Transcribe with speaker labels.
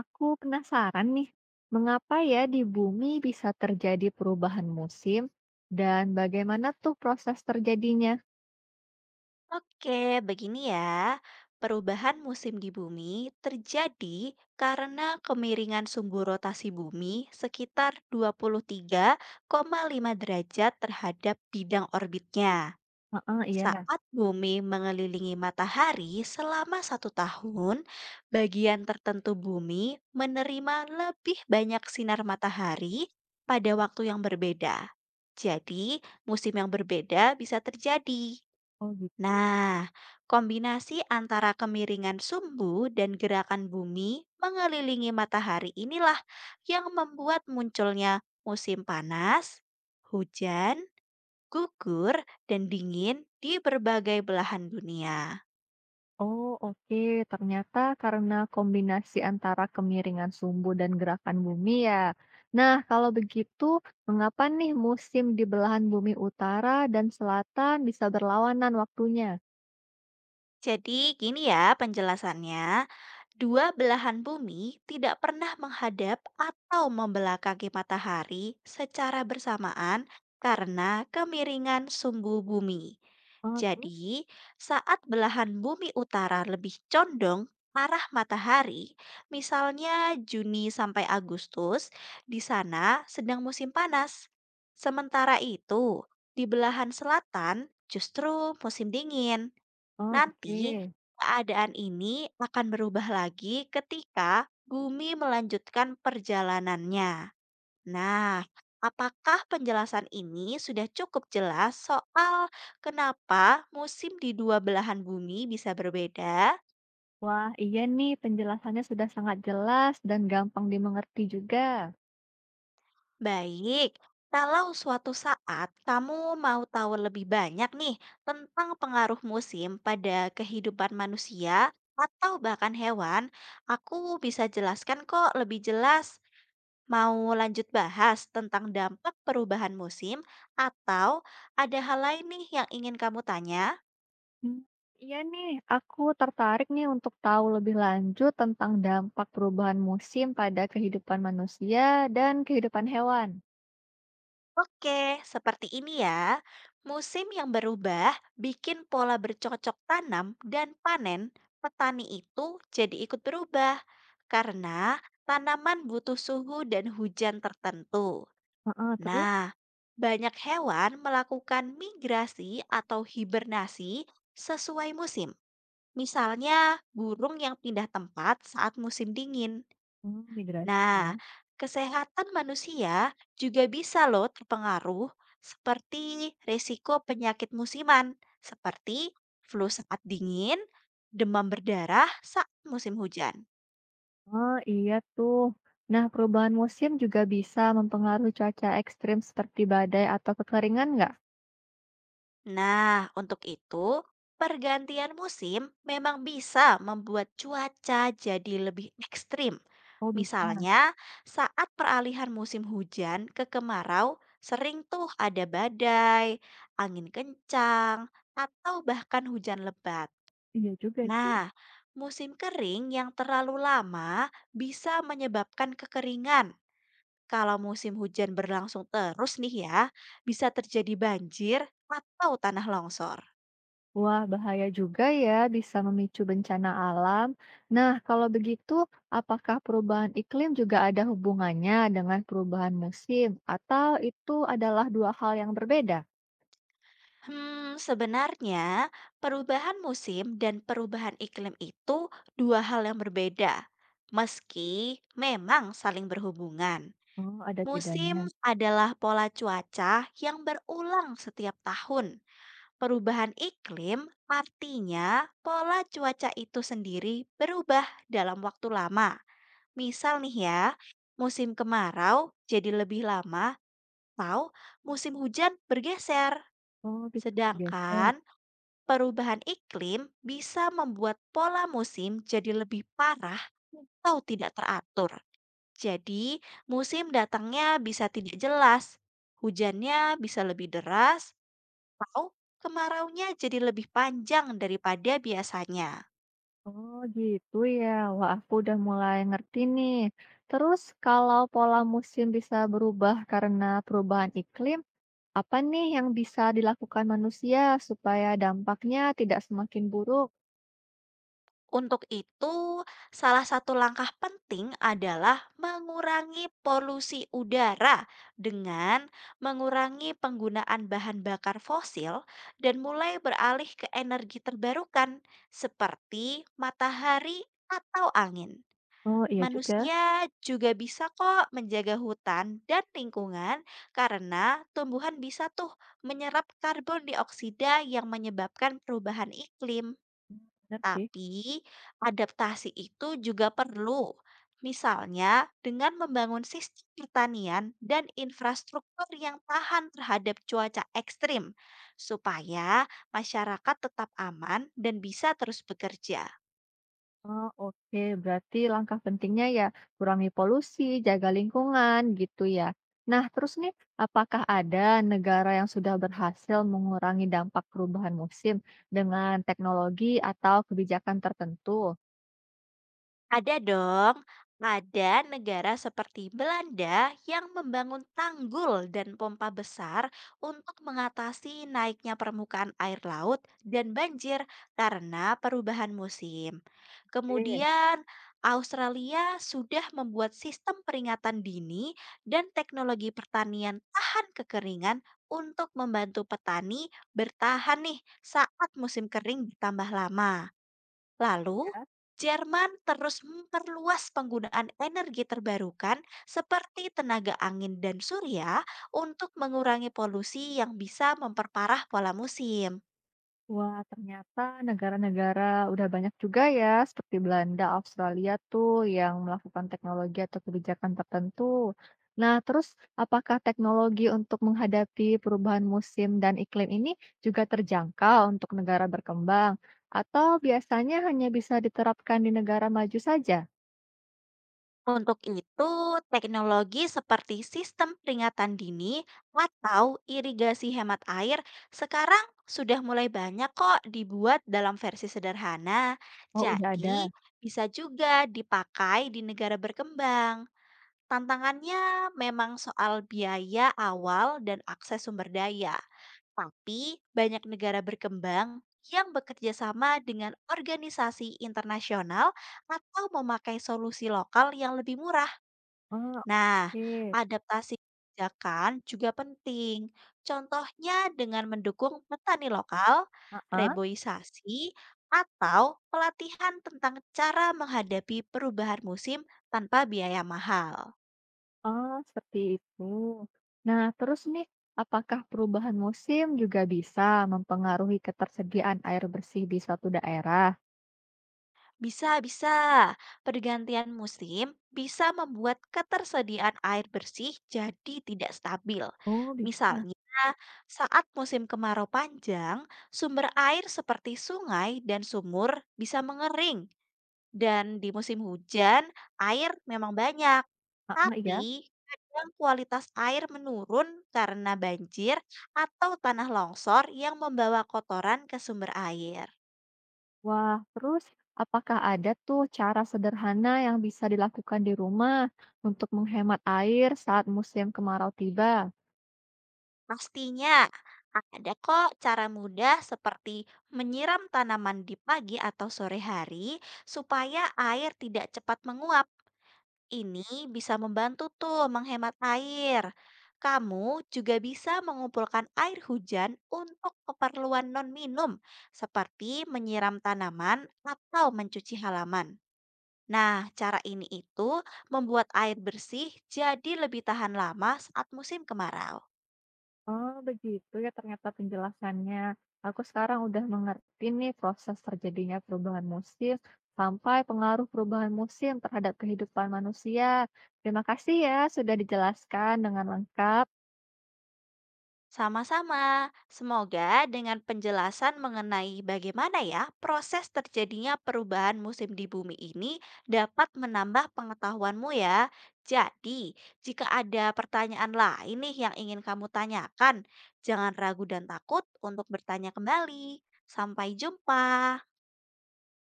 Speaker 1: Aku penasaran nih, mengapa ya di bumi bisa terjadi perubahan musim dan bagaimana tuh proses terjadinya?
Speaker 2: Oke, begini ya. Perubahan musim di bumi terjadi karena kemiringan sumbu rotasi bumi sekitar 23,5 derajat terhadap bidang orbitnya.
Speaker 1: Heeh, iya.
Speaker 2: Saat bumi mengelilingi matahari selama satu tahun, bagian tertentu bumi menerima lebih banyak sinar matahari pada waktu yang berbeda. Jadi, musim yang berbeda bisa terjadi.
Speaker 1: Oh gitu.
Speaker 2: Nah, kombinasi antara kemiringan sumbu dan gerakan bumi mengelilingi matahari inilah yang membuat munculnya musim panas, hujan, gugur, dan dingin di berbagai belahan dunia.
Speaker 1: Oh oke, ternyata karena kombinasi antara kemiringan sumbu dan gerakan bumi ya. Nah, kalau begitu, mengapa nih musim di belahan bumi utara dan selatan bisa berlawanan waktunya?
Speaker 2: Jadi gini ya penjelasannya, dua belahan bumi tidak pernah menghadap atau membelakangi matahari secara bersamaan karena kemiringan sumbu bumi.
Speaker 1: Oh, terus?
Speaker 2: Jadi, saat belahan bumi utara lebih condong arah matahari, misalnya Juni sampai Agustus, di sana sedang musim panas. Sementara itu, di belahan selatan justru musim dingin.
Speaker 1: Oh,
Speaker 2: Nanti,
Speaker 1: oke.
Speaker 2: keadaan ini akan berubah lagi ketika bumi melanjutkan perjalanannya. Nah, apakah penjelasan ini sudah cukup jelas soal kenapa musim di dua belahan bumi bisa berbeda?
Speaker 1: Wah, iya nih, penjelasannya sudah sangat jelas dan gampang dimengerti juga.
Speaker 2: Baik, kalau suatu saat kamu mau tahu lebih banyak nih tentang pengaruh musim pada kehidupan manusia atau bahkan hewan, aku bisa jelaskan kok lebih jelas. Mau lanjut bahas tentang dampak perubahan musim atau ada hal lain nih yang ingin kamu tanya?
Speaker 1: Hmm, iya nih, aku tertarik nih untuk tahu lebih lanjut tentang dampak perubahan musim pada kehidupan manusia dan kehidupan hewan.
Speaker 2: Oke, seperti ini ya. Musim yang berubah bikin pola bercocok tanam dan panen petani itu jadi ikut berubah karena tanaman butuh suhu dan hujan tertentu.
Speaker 1: Heeh, terus.
Speaker 2: Nah, banyak hewan melakukan migrasi atau hibernasi sesuai musim. Misalnya, burung yang pindah tempat saat musim dingin.
Speaker 1: Hmm, migrasi
Speaker 2: Nah,
Speaker 1: ya.
Speaker 2: kesehatan manusia juga bisa loh terpengaruh seperti risiko penyakit musiman, seperti flu saat dingin, demam berdarah saat musim hujan.
Speaker 1: Oh iya tuh. Nah, perubahan musim juga bisa mempengaruhi cuaca ekstrim seperti badai atau kekeringan nggak?
Speaker 2: Nah, untuk itu, pergantian musim memang bisa membuat cuaca jadi lebih ekstrim.
Speaker 1: Oh bisa.
Speaker 2: Misalnya, saat peralihan musim hujan ke kemarau, sering tuh ada badai, angin kencang, atau bahkan hujan lebat.
Speaker 1: Iya juga.
Speaker 2: Nah, musim kering yang terlalu lama bisa menyebabkan kekeringan. Kalau musim hujan berlangsung terus nih ya, bisa terjadi banjir atau tanah longsor.
Speaker 1: Wah, bahaya juga ya, bisa memicu bencana alam. Nah, kalau begitu, apakah perubahan iklim juga ada hubungannya dengan perubahan musim, atau itu adalah dua hal yang berbeda?
Speaker 2: Sebenarnya perubahan musim dan perubahan iklim itu dua hal yang berbeda, meski memang saling berhubungan.
Speaker 1: Oh, ada bedanya.
Speaker 2: Musim adalah pola cuaca yang berulang setiap tahun. Perubahan iklim artinya pola cuaca itu sendiri berubah dalam waktu lama. Misal nih ya, musim kemarau jadi lebih lama atau musim hujan bergeser.
Speaker 1: Oh, bisa
Speaker 2: Sedangkan
Speaker 1: bergeser.
Speaker 2: perubahan iklim bisa membuat pola musim jadi lebih parah atau tidak teratur. Jadi, musim datangnya bisa tidak jelas, hujannya bisa lebih deras, atau kemaraunya jadi lebih panjang daripada biasanya.
Speaker 1: Oh, gitu ya. Wah, aku udah mulai ngerti nih. Terus, kalau pola musim bisa berubah karena perubahan iklim, apa nih yang bisa dilakukan manusia supaya dampaknya tidak semakin buruk?
Speaker 2: Untuk itu, salah satu langkah penting adalah mengurangi polusi udara dengan mengurangi penggunaan bahan bakar fosil dan mulai beralih ke energi terbarukan seperti matahari atau angin.
Speaker 1: Oh, iya juga.
Speaker 2: Manusia juga bisa kok menjaga hutan dan lingkungan karena tumbuhan bisa tuh menyerap karbon dioksida yang menyebabkan perubahan iklim.
Speaker 1: Bener sih.
Speaker 2: Tapi adaptasi itu juga perlu, misalnya dengan membangun sistem pertanian dan infrastruktur yang tahan terhadap cuaca ekstrim, supaya masyarakat tetap aman dan bisa terus bekerja.
Speaker 1: Oh, oke. Berarti langkah pentingnya ya kurangi polusi, jaga lingkungan gitu ya. Nah, terus nih, apakah ada negara yang sudah berhasil mengurangi dampak perubahan musim dengan teknologi atau kebijakan tertentu?
Speaker 2: Ada dong, ada negara seperti Belanda yang membangun tanggul dan pompa besar untuk mengatasi naiknya permukaan air laut dan banjir karena perubahan musim.
Speaker 1: Oke.
Speaker 2: Kemudian, Australia sudah membuat sistem peringatan dini dan teknologi pertanian tahan kekeringan untuk membantu petani bertahan nih saat musim kering bertambah lama. Lalu, Jerman terus memperluas penggunaan energi terbarukan seperti tenaga angin dan surya untuk mengurangi polusi yang bisa memperparah pola musim.
Speaker 1: Wah, ternyata negara-negara udah banyak juga ya, seperti Belanda, Australia tuh yang melakukan teknologi atau kebijakan tertentu. Nah, terus, apakah teknologi untuk menghadapi perubahan musim dan iklim ini juga terjangkau untuk negara berkembang, atau biasanya hanya bisa diterapkan di negara maju saja?
Speaker 2: Untuk itu, teknologi seperti sistem peringatan dini atau irigasi hemat air sekarang sudah mulai banyak kok dibuat dalam versi sederhana.
Speaker 1: Oh, udah ada.
Speaker 2: Jadi, bisa juga dipakai di negara berkembang. Tantangannya memang soal biaya awal dan akses sumber daya, tapi banyak negara berkembang yang bekerja sama dengan organisasi internasional atau memakai solusi lokal yang lebih murah.
Speaker 1: Ah,
Speaker 2: Nah,
Speaker 1: oke.
Speaker 2: adaptasi kebijakan juga penting. Contohnya dengan mendukung petani lokal, reboisasi, atau pelatihan tentang cara menghadapi perubahan musim tanpa biaya mahal.
Speaker 1: Oh, seperti itu. Nah, terus nih, apakah perubahan musim juga bisa mempengaruhi ketersediaan air bersih di suatu daerah?
Speaker 2: Bisa, bisa. Pergantian musim bisa membuat ketersediaan air bersih jadi tidak stabil.
Speaker 1: Oh, bisa.
Speaker 2: Misalnya, saat musim kemarau panjang, sumber air seperti sungai dan sumur bisa mengering. Dan di musim hujan, air memang banyak.
Speaker 1: Ah, ya.
Speaker 2: Tapi, kadang kualitas air menurun karena banjir atau tanah longsor yang membawa kotoran ke sumber air.
Speaker 1: Wah, terus, apakah ada tuh cara sederhana yang bisa dilakukan di rumah untuk menghemat air saat musim kemarau tiba?
Speaker 2: Pastinya, ada kok cara mudah seperti menyiram tanaman di pagi atau sore hari supaya air tidak cepat menguap. Ini bisa membantu tuh menghemat air. Kamu juga bisa mengumpulkan air hujan untuk keperluan non-minum seperti menyiram tanaman atau mencuci halaman. Nah, cara ini itu membuat air bersih jadi lebih tahan lama saat musim kemarau.
Speaker 1: Oh, begitu ya ternyata penjelasannya. Aku sekarang udah mengerti nih proses terjadinya perubahan musim sampai pengaruh perubahan musim terhadap kehidupan manusia. Terima kasih ya sudah dijelaskan dengan lengkap.
Speaker 2: Sama-sama. Semoga dengan penjelasan mengenai bagaimana ya proses terjadinya perubahan musim di bumi ini dapat menambah pengetahuanmu ya. Jadi, jika ada pertanyaan lain nih yang ingin kamu tanyakan, jangan ragu dan takut untuk bertanya kembali. Sampai jumpa.